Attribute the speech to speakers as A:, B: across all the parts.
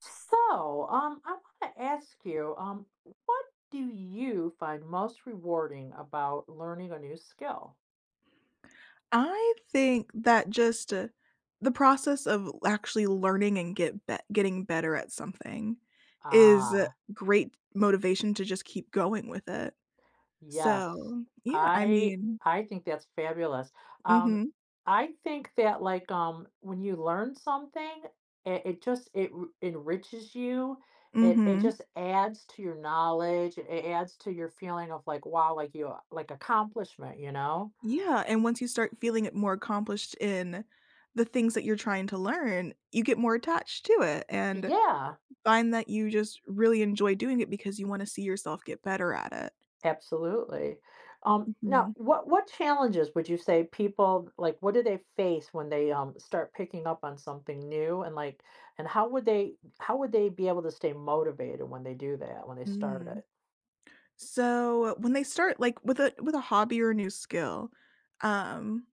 A: So, I want to ask you, what do you find most rewarding about learning a new skill?
B: I think that just, the process of actually learning and getting better at something is a
A: Ah,
B: great motivation to just keep going with it.
A: yes.
B: So, yeah, I
A: I
B: mean
A: I think that's fabulous. Um,
B: mhm,
A: I think that like when you learn something, it enriches you. It
B: mhm.
A: just adds to your knowledge. It adds to your feeling of like wow, like you like accomplishment.
B: Yeah, and once you start feeling it more accomplished in the things that you're trying to learn, you get more attached to it and
A: Yeah.
B: find that you just really enjoy doing it because you wanna see yourself get better at it.
A: Absolutely. Now,
B: Mhm,
A: what challenges would you say people like? What do they face when they start picking up on something new, and like, and how would they be able to stay motivated when they do that when they start
B: mm.
A: it?
B: So, when they start like with a hobby or a new skill, um,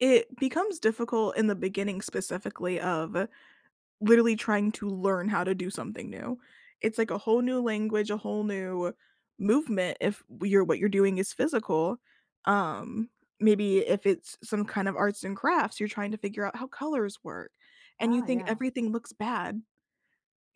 B: it becomes difficult in the beginning specifically of literally trying to learn how to do something new. It's like a whole new language, a whole new movement if you're what you're doing is physical. Um, Maybe if it's some kind of arts and crafts, you're trying to figure out how colors work and you
A: Ah,
B: think
A: yeah,
B: everything looks bad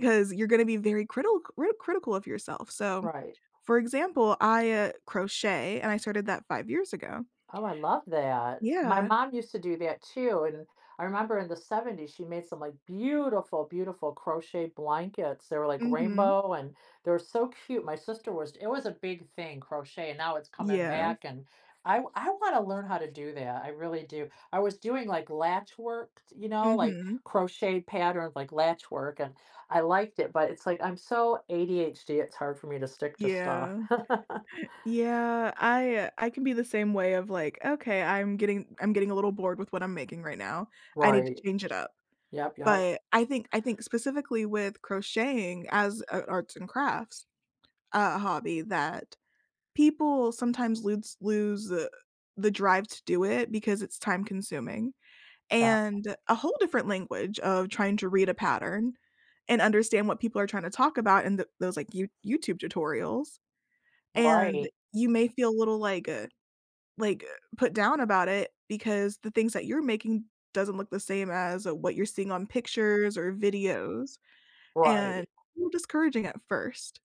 B: 'cause you're gonna be very critical of yourself, so,
A: right.
B: for example, I, crochet, and I started that 5 years ago.
A: Oh, I love that. My
B: Yeah.
A: mom used to do that too, and I remember in the 70s, she made some, like, beautiful, beautiful crochet blankets. They were, like,
B: Mhm.
A: rainbow, and they were so cute. My sister was it was a big thing, crochet, and now it's coming
B: Yeah.
A: back, and I wanna learn how to do that, I really do. I was doing, like, latch work, like,
B: Mhm.
A: crocheted patterns, like latch work, and I liked it, but it's like, I'm so ADHD, it's hard for me to stick to stuff.
B: Yeah. Yeah, I can be the same way of like, "Okay, I'm getting a little bored with what I'm making right now. I need to
A: Right.
B: change it up."
A: Yep, yep,
B: But I think specifically with crocheting as a arts and crafts, a hobby that people sometimes lose the drive to do it because it's time consuming,
A: yeah,
B: and a whole different language of trying to read a pattern and understand what people are trying to talk about in th those, like, YouTube tutorials, and
A: right.
B: you may feel a little, like, like, uh, put down about it because the things that you're making doesn't look the same as what you're seeing on pictures or videos, and
A: Right.
B: a little discouraging at first.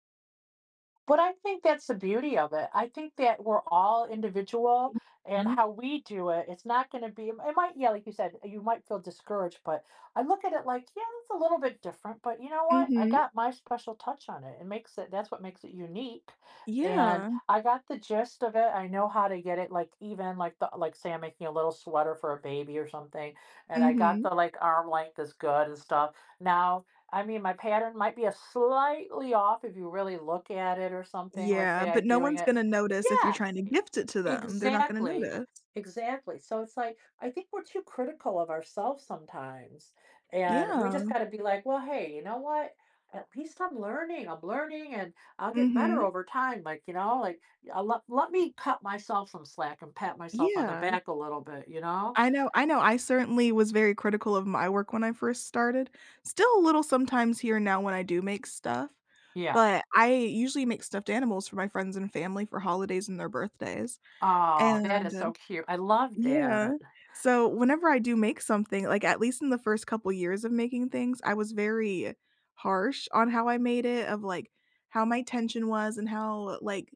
A: But I think that's the beauty of it. I think that we're all individual and
B: Mhm.
A: how we do it, it's not going to be, it might, yeah, like you said, you might feel discouraged, but I look at it like, yeah, it's a little bit different, but you know what? I
B: Mhm.
A: got my special touch on it. It makes it, that's what makes it unique. And
B: Yeah.
A: I got the gist of it. I know how to get it, like even like the, like say I'm making a little sweater for a baby or something, and I got the
B: Mhm.
A: like arm length is good and stuff. Now I mean, my pattern might be a slightly off if you really look at it or something. Let's
B: Yeah,
A: say I'm
B: but no
A: doing
B: one's
A: it.
B: gonna notice if you're
A: Yeah,
B: trying to
A: e-
B: gift it to them, they're not gonna
A: exactly.
B: notice.
A: Exactly. So it's like, I think we're too critical of ourselves sometimes. And we
B: Yeah.
A: just got to be like, well, hey, you know what? At least I'm learning. I'm learning and I'll get better
B: Mhm.
A: over time. Like, you know, let me cut myself some slack and pat myself on the
B: Yeah.
A: back a little bit, you know?
B: I know I certainly was very critical of my work when I first started. Still a little sometimes here and now when I do make stuff,
A: Yeah.
B: but I usually make stuffed animals for my friends and family for holidays and their birthdays,
A: Oh, that
B: and
A: is so cute. I love
B: yeah.
A: that.
B: So, whenever I do make something, like, at least in the first couple years of making things, I was very harsh on how I made it, of, like, how my tension was and how, like,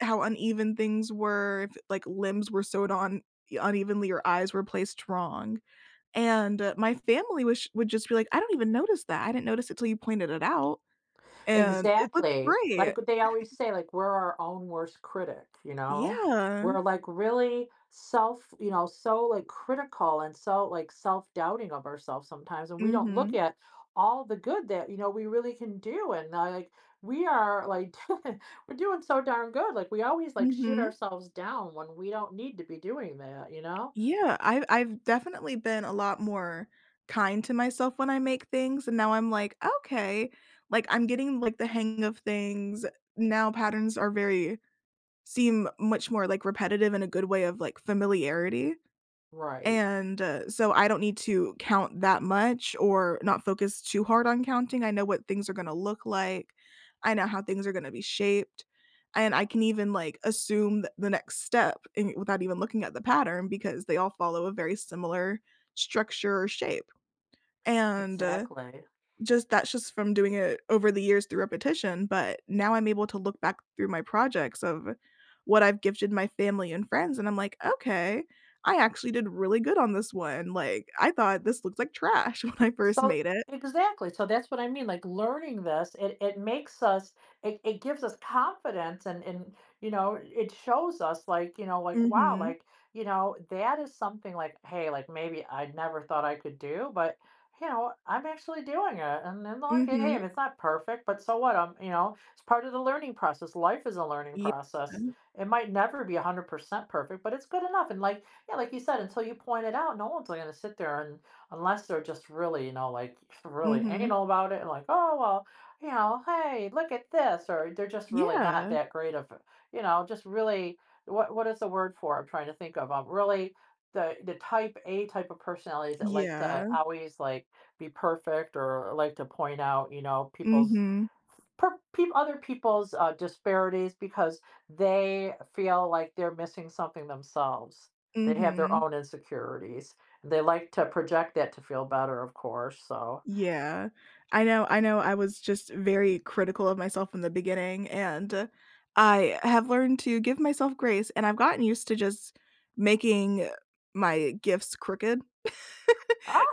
B: how uneven things were, if, like, limbs were sewed on unevenly or eyes were placed wrong, and, my family was would just be like, "I don't even notice that, I didn't notice it till you pointed it out, and it looks
A: Exactly.
B: great."
A: Like what they always say, like we're our own worst critic, you know?
B: Yeah.
A: We're like really self, you know, so like critical and so like self-doubting of ourselves sometimes and we don't look
B: Mhm.
A: at all the good that, you know, we really can do and like we are like we're doing so darn good. Like we always like shoot
B: Mhm.
A: ourselves down when we don't need to be doing that, you know?
B: Yeah, I've definitely been a lot more kind to myself when I make things, and now I'm like, "Okay." Like, I'm getting, like, the hang of things. Now patterns are very seem much more, like, repetitive in a good way of, like, familiarity.
A: Right.
B: And, so I don't need to count that much or not focus too hard on counting. I know what things are gonna look like. I know how things are gonna be shaped, and I can even, like, assume th the next step in without even looking at the pattern because they all follow a very similar structure or shape. And,
A: Exactly.
B: just that's just from doing it over the years through repetition, but now I'm able to look back through my projects of what I've gifted my family and friends, and I'm like, "Okay, I actually did really good on this one." Like, I thought this looked like trash when I first
A: So
B: made it.
A: exactly. So that's what I mean. Like learning this, it makes us it gives us confidence and you know, it shows us like, you know, like
B: Mm
A: wow,
B: Mhm.
A: like, you know, that is something like, hey, like maybe I never thought I could do, but you know, I'm actually doing it. And then
B: mm
A: like, hey,
B: Mhm.
A: if it's not perfect, but so what? I'm you know, it's part of the learning process. Life is a learning
B: Yeah.
A: process.
B: mm
A: It might never be 100% perfect, but it's good enough. And like, yeah, like you said, until you point it out, no one's going to sit there and Unless they're just really, you know, like really
B: Mhm.
A: anal about it and like, oh, well, you know, hey, look at this. Or they're just really not
B: Yeah.
A: that great of, you know, just really, what is the word for? I'm trying to think of. Really the type A type of personalities that like to
B: Yeah.
A: always like be perfect or like to point out, you know,
B: mm
A: people's
B: Mhm.
A: per, peop other people's disparities because they feel like they're missing something themselves.
B: mm
A: They have their
B: Mhm.
A: own insecurities. They like to project that to feel better, of course. So,
B: Yeah. I know I was just very critical of myself in the beginning, and I have learned to give myself grace, and I've gotten used to just making my gifts crooked.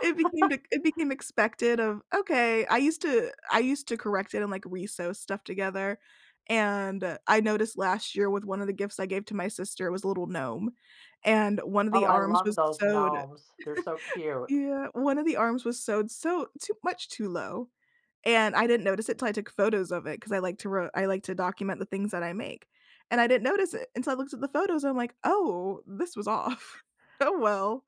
B: It became expected of, okay, I used to correct it and, like, re stuff together, and I noticed last year with one of the gifts I gave to my sister it was a little gnome, and one of
A: oh,
B: the
A: I
B: arms
A: love
B: was
A: those
B: sewed
A: gnomes. They're so cute.
B: yeah, one of the arms was sewed so too much too low, and I didn't notice it till I took photos of it because I like to ro I like to document the things that I make, and I didn't notice it until I looked at the photos, I'm like, "Oh, this was off. Oh, well,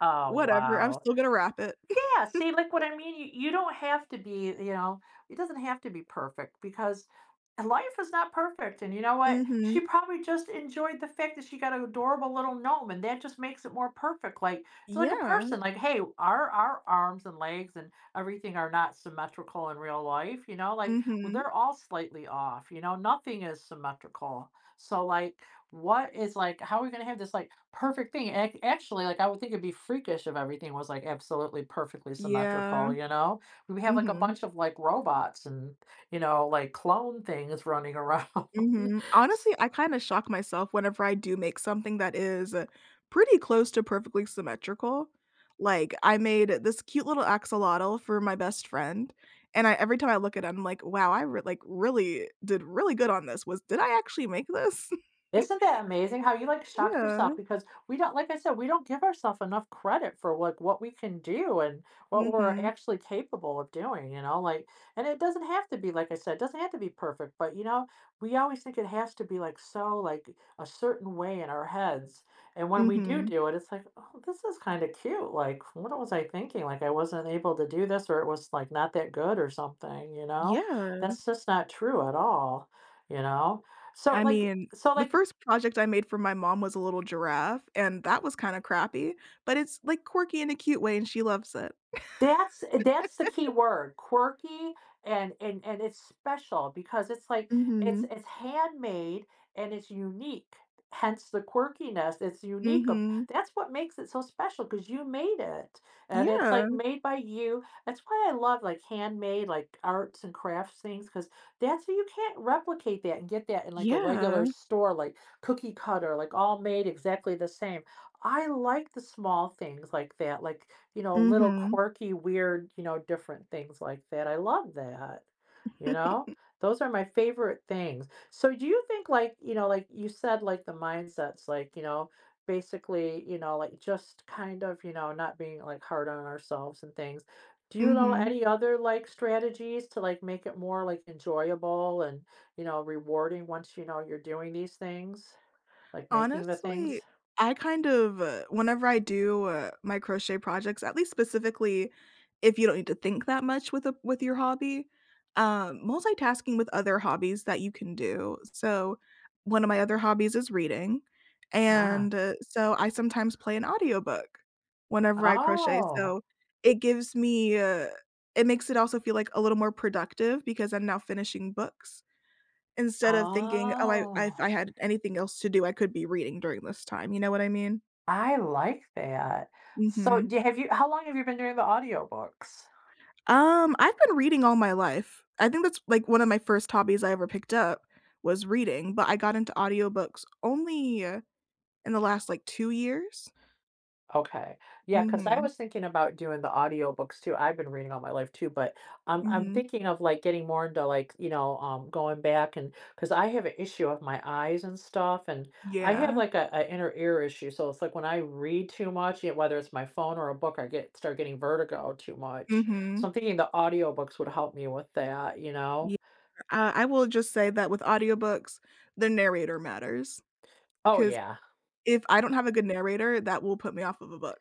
A: Oh,
B: whatever, I'm
A: wow.
B: still gonna wrap it."
A: Yeah, see, like, what I mean, you don't have to be, you know, it doesn't have to be perfect because life is not perfect, and you know what? She
B: Mhm.
A: probably just enjoyed the fact that she got an adorable little gnome, and that just makes it more perfect, like it's like a
B: Yeah.
A: person, like, "Hey, our arms and legs and everything are not symmetrical in real life," you know, like, well,
B: Mhm.
A: they're all slightly off, you know, nothing is symmetrical, so, like, what is like how are we gonna have this like perfect thing? Actually, like I would think it'd be freakish if everything was like absolutely perfectly
B: Yeah.
A: symmetrical, you know? We have like a
B: Mhm.
A: bunch of like robots and you know, like clone things running around.
B: Mhm. Honestly, I kinda shock myself whenever I do make something that is pretty close to perfectly symmetrical. Like, I made this cute little axolotl for my best friend, and I every time I look at it, I'm like, "Wow, I re like, really did really good on this. Was did I actually make this?"
A: Isn't that amazing how you, like, shock
B: Yeah.
A: yourself because we don't like I said, we don't give ourselves enough credit for, like, what we can do and what we're
B: Mhm.
A: actually capable of doing, you know, like and it doesn't have to be, like I said, it doesn't have to be perfect, but, you know, we always think it has to be, like, so, like, a certain way in our heads, and when we do
B: Mhm.
A: do it, it's like, "Oh, this is kinda cute," like, "What was I thinking?" Like, I wasn't able to do this or it was, like, not that good or something, you know?
B: Yeah.
A: That's just not true at all, you know?
B: I mean,
A: So,
B: the
A: like,
B: first project I made for my mom was a little giraffe, and that was kinda crappy, but it's, like, quirky in a cute way, and she loves it.
A: That's that's the key word, quirky and and it's special because it's like it's
B: Mhm.
A: it's handmade and it's unique. Hence the quirkiness, it's unique. Of-
B: Mhm.
A: That's what makes it so special because you made it. And it's
B: Yeah.
A: like made by you. That's why I love like handmade like arts and crafts things because that's you can't replicate that and get that in like a
B: Yeah.
A: regular store like cookie cutter like all made exactly the same. I like the small things like that, like, you know, little
B: Mhm.
A: quirky, weird, you know, different things like that. I love that, you know?
B: Mhm.
A: Those are my favorite things. So do you think like, you know, like you said, like the mindsets, like, you know, basically, you know, like just kind of, you know, not being like hard on ourselves and things. Do you know any other like strategies to like make it more like enjoyable and, you know, rewarding once you know you're doing these things, like making the
B: Honestly,
A: things?
B: I kind of, whenever I do, my crochet projects, at least specifically if you don't need to think that much with a with your hobby, multitasking with other hobbies that you can do. So, one of my other hobbies is reading,
A: Ah.
B: and, so I sometimes play an audiobook whenever I crochet,
A: Oh,
B: so it gives me, it makes it also feel, like, a little more productive because I'm now finishing books. Instead of thinking, "Oh, I
A: oh,
B: if I had anything else to do, I could be reading during this time," you know what I mean?
A: I like that. So,
B: Mhm.
A: do have you how long have you been doing the audiobooks?
B: I've been reading all my life. I think that's, like, one of my first hobbies I ever picked up was reading, but I got into audiobooks only in the last, like, 2 years.
A: Okay. Yeah. Cause I
B: Mhm.
A: was thinking about doing the audiobooks too. I've been reading all my life too, but I'm
B: Mhm.
A: thinking of like getting more into like, you know, going back and because I have an issue with my eyes and stuff, and I have
B: Yeah.
A: like a inner ear issue. So it's like when I read too much, yeah, whether it's my phone or a book, I get start getting vertigo too much. So
B: Mhm.
A: I'm thinking the audiobooks would help me with that, you know?
B: Yeah, I will just say that with audiobooks, the narrator matters.
A: Oh,
B: Because
A: yeah.
B: if I don't have a good narrator, that will put me off of a book.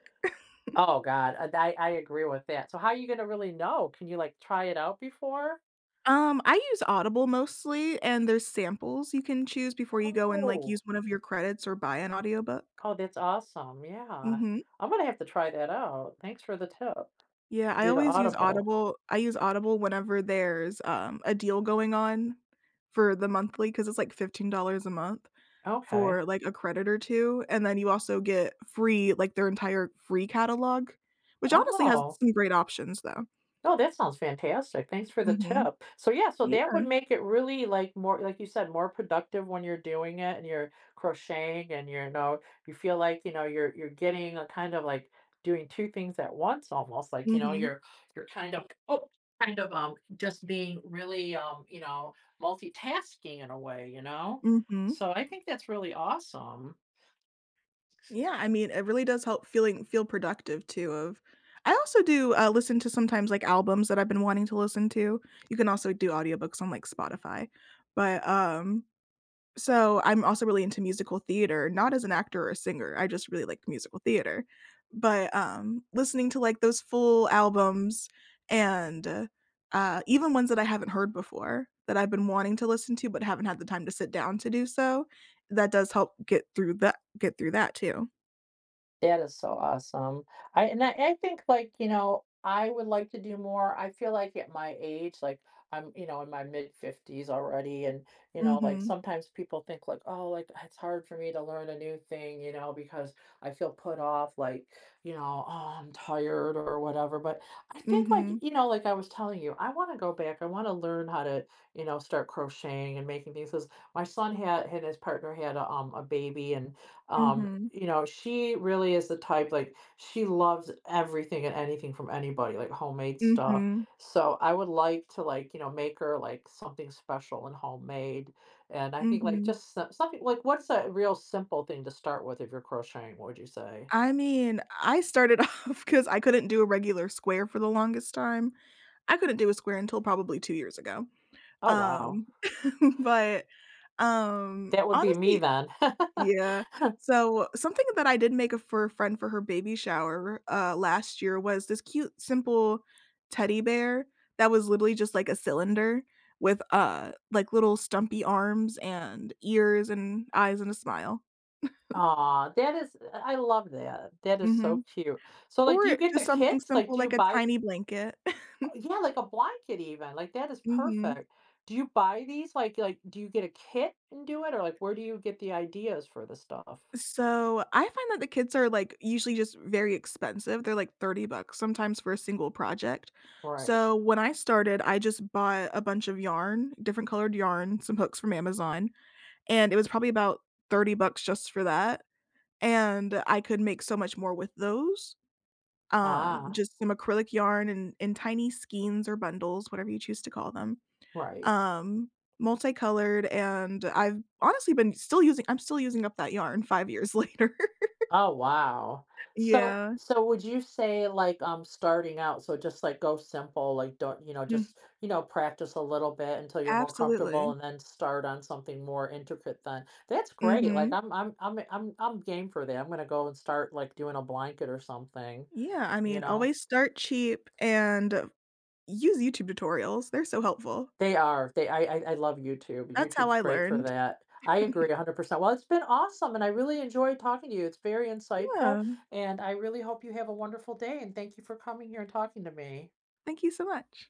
A: Oh, god. I agree with that. So how are you gonna really know? Can you, like, try it out before?
B: I use Audible mostly, and there's samples you can choose before you go and, like,
A: Oh.
B: use one of your credits or buy an audiobook.
A: Oh, that's awesome, yeah.
B: Mhm.
A: I'm gonna have to try that out. Thanks for the tip.
B: Yeah,
A: Do the Audible.
B: I use Audible whenever there's, a deal going on for the monthly because it's, like, $15 a month
A: Okay.
B: for, like, a credit or 2, and then you also get free like, their entire free catalog, which honestly has
A: Oh,
B: some great options though.
A: oh, that sounds fantastic. Thanks for the
B: Mhm.
A: tip. So yeah, so that
B: Yeah.
A: would make it really like more, like you said, more productive when you're doing it and you're crocheting and you're, you know, you feel like, you know, you're getting a kind of like doing two things at once almost. Like, you know,
B: Mhm.
A: you're you're kind of just being really you know, multitasking in a way, you know?
B: Mhm.
A: So I think that's really awesome.
B: Yeah, I mean, it really does help feel productive too of I also do, listen to sometimes, like, albums that I've been wanting to listen to. You can also do audiobooks on, like, Spotify. But, so I'm also really into musical theater, not as an actor or a singer, I just really like musical theater. But, listening to, like, those full albums and, even ones that I haven't heard before that I've been wanting to listen to but haven't had the time to sit down to do so, that does help get through that too.
A: That is so awesome. I and I I think, like, you know, I would like to do more. I feel like at my age, like, I'm, you know, in my mid-50s already, and, you know, like,
B: Mhm.
A: sometimes people think, like, "Oh, like, it's hard for me to learn a new thing, you know, because I feel put off, like, you know 'Oh, I'm tired,' or whatever." But I think,
B: Mhm.
A: like, you know, like I was telling you, I wanna go back. I wanna learn how to, you know, start crocheting and making things. Because my son had his partner had a baby, and, um,
B: Mhm.
A: you know, she really is the type, like, she loves everything and anything from anybody, like homemade stuff.
B: Mhm.
A: So I would like to, like, you know, make her like something special and homemade. And I think like
B: Mhm.
A: just something like what's a real simple thing to start with if you're crocheting, what would you say?
B: I mean, I started off because I couldn't do a regular square for the longest time. I couldn't do a square until probably 2 years ago.
A: Oh wow.
B: Um, but,
A: That would be me
B: honestly
A: then.
B: yeah. So, something that I did make a for a friend for her baby shower, last year was this cute, simple teddy bear that was literally just like a cylinder with, like little stumpy arms and ears and eyes and a smile.
A: Aw, that is I love that. That is so
B: Mhm.
A: cute. So like do you
B: Or
A: get the
B: just something
A: kits? Like
B: simple
A: do you
B: like a
A: buy
B: tiny blanket.
A: Yeah, like a blanket even, like, that is
B: Mhm.
A: perfect. Do you buy these? Like, do you get a kit and do it, or, like, where do you get the ideas for the stuff?
B: So, I find that the kits are, like, usually just very expensive, they're, like, 30 bucks sometimes for a single project.
A: Right.
B: So, when I started, I just bought a bunch of yarn, different colored yarn, some hooks from Amazon, and it was probably about 30 bucks just for that, and I could make so much more with those.
A: Ah,
B: Just some acrylic yarn and in tiny skeins or bundles, whatever you choose to call them,
A: right.
B: um, multicolored, and I've honestly been still using I'm still using up that yarn 5 years later.
A: Oh, wow. So
B: Yeah.
A: so would you say, like, starting out so just, like, go simple, like, don't you know,
B: Mm,
A: just, you know, practice a little bit until you're more comfortable
B: absolutely.
A: and then start on something more intricate then. That's great, like,
B: Mhm.
A: I'm game for that, I'm gonna go and start, like, doing a blanket or something,
B: Yeah, I
A: you
B: mean,
A: know?
B: always start cheap and use YouTube tutorials, they're so helpful.
A: They are. They I love YouTube.
B: That's how
A: YouTube's
B: I
A: great for
B: learned.
A: that. I agree 100%. Well, it's been awesome, and I really enjoyed talking to you. It's very insightful,
B: Yeah,
A: and I really hope you have a wonderful day, and thank you for coming here and talking to me.
B: thank you so much.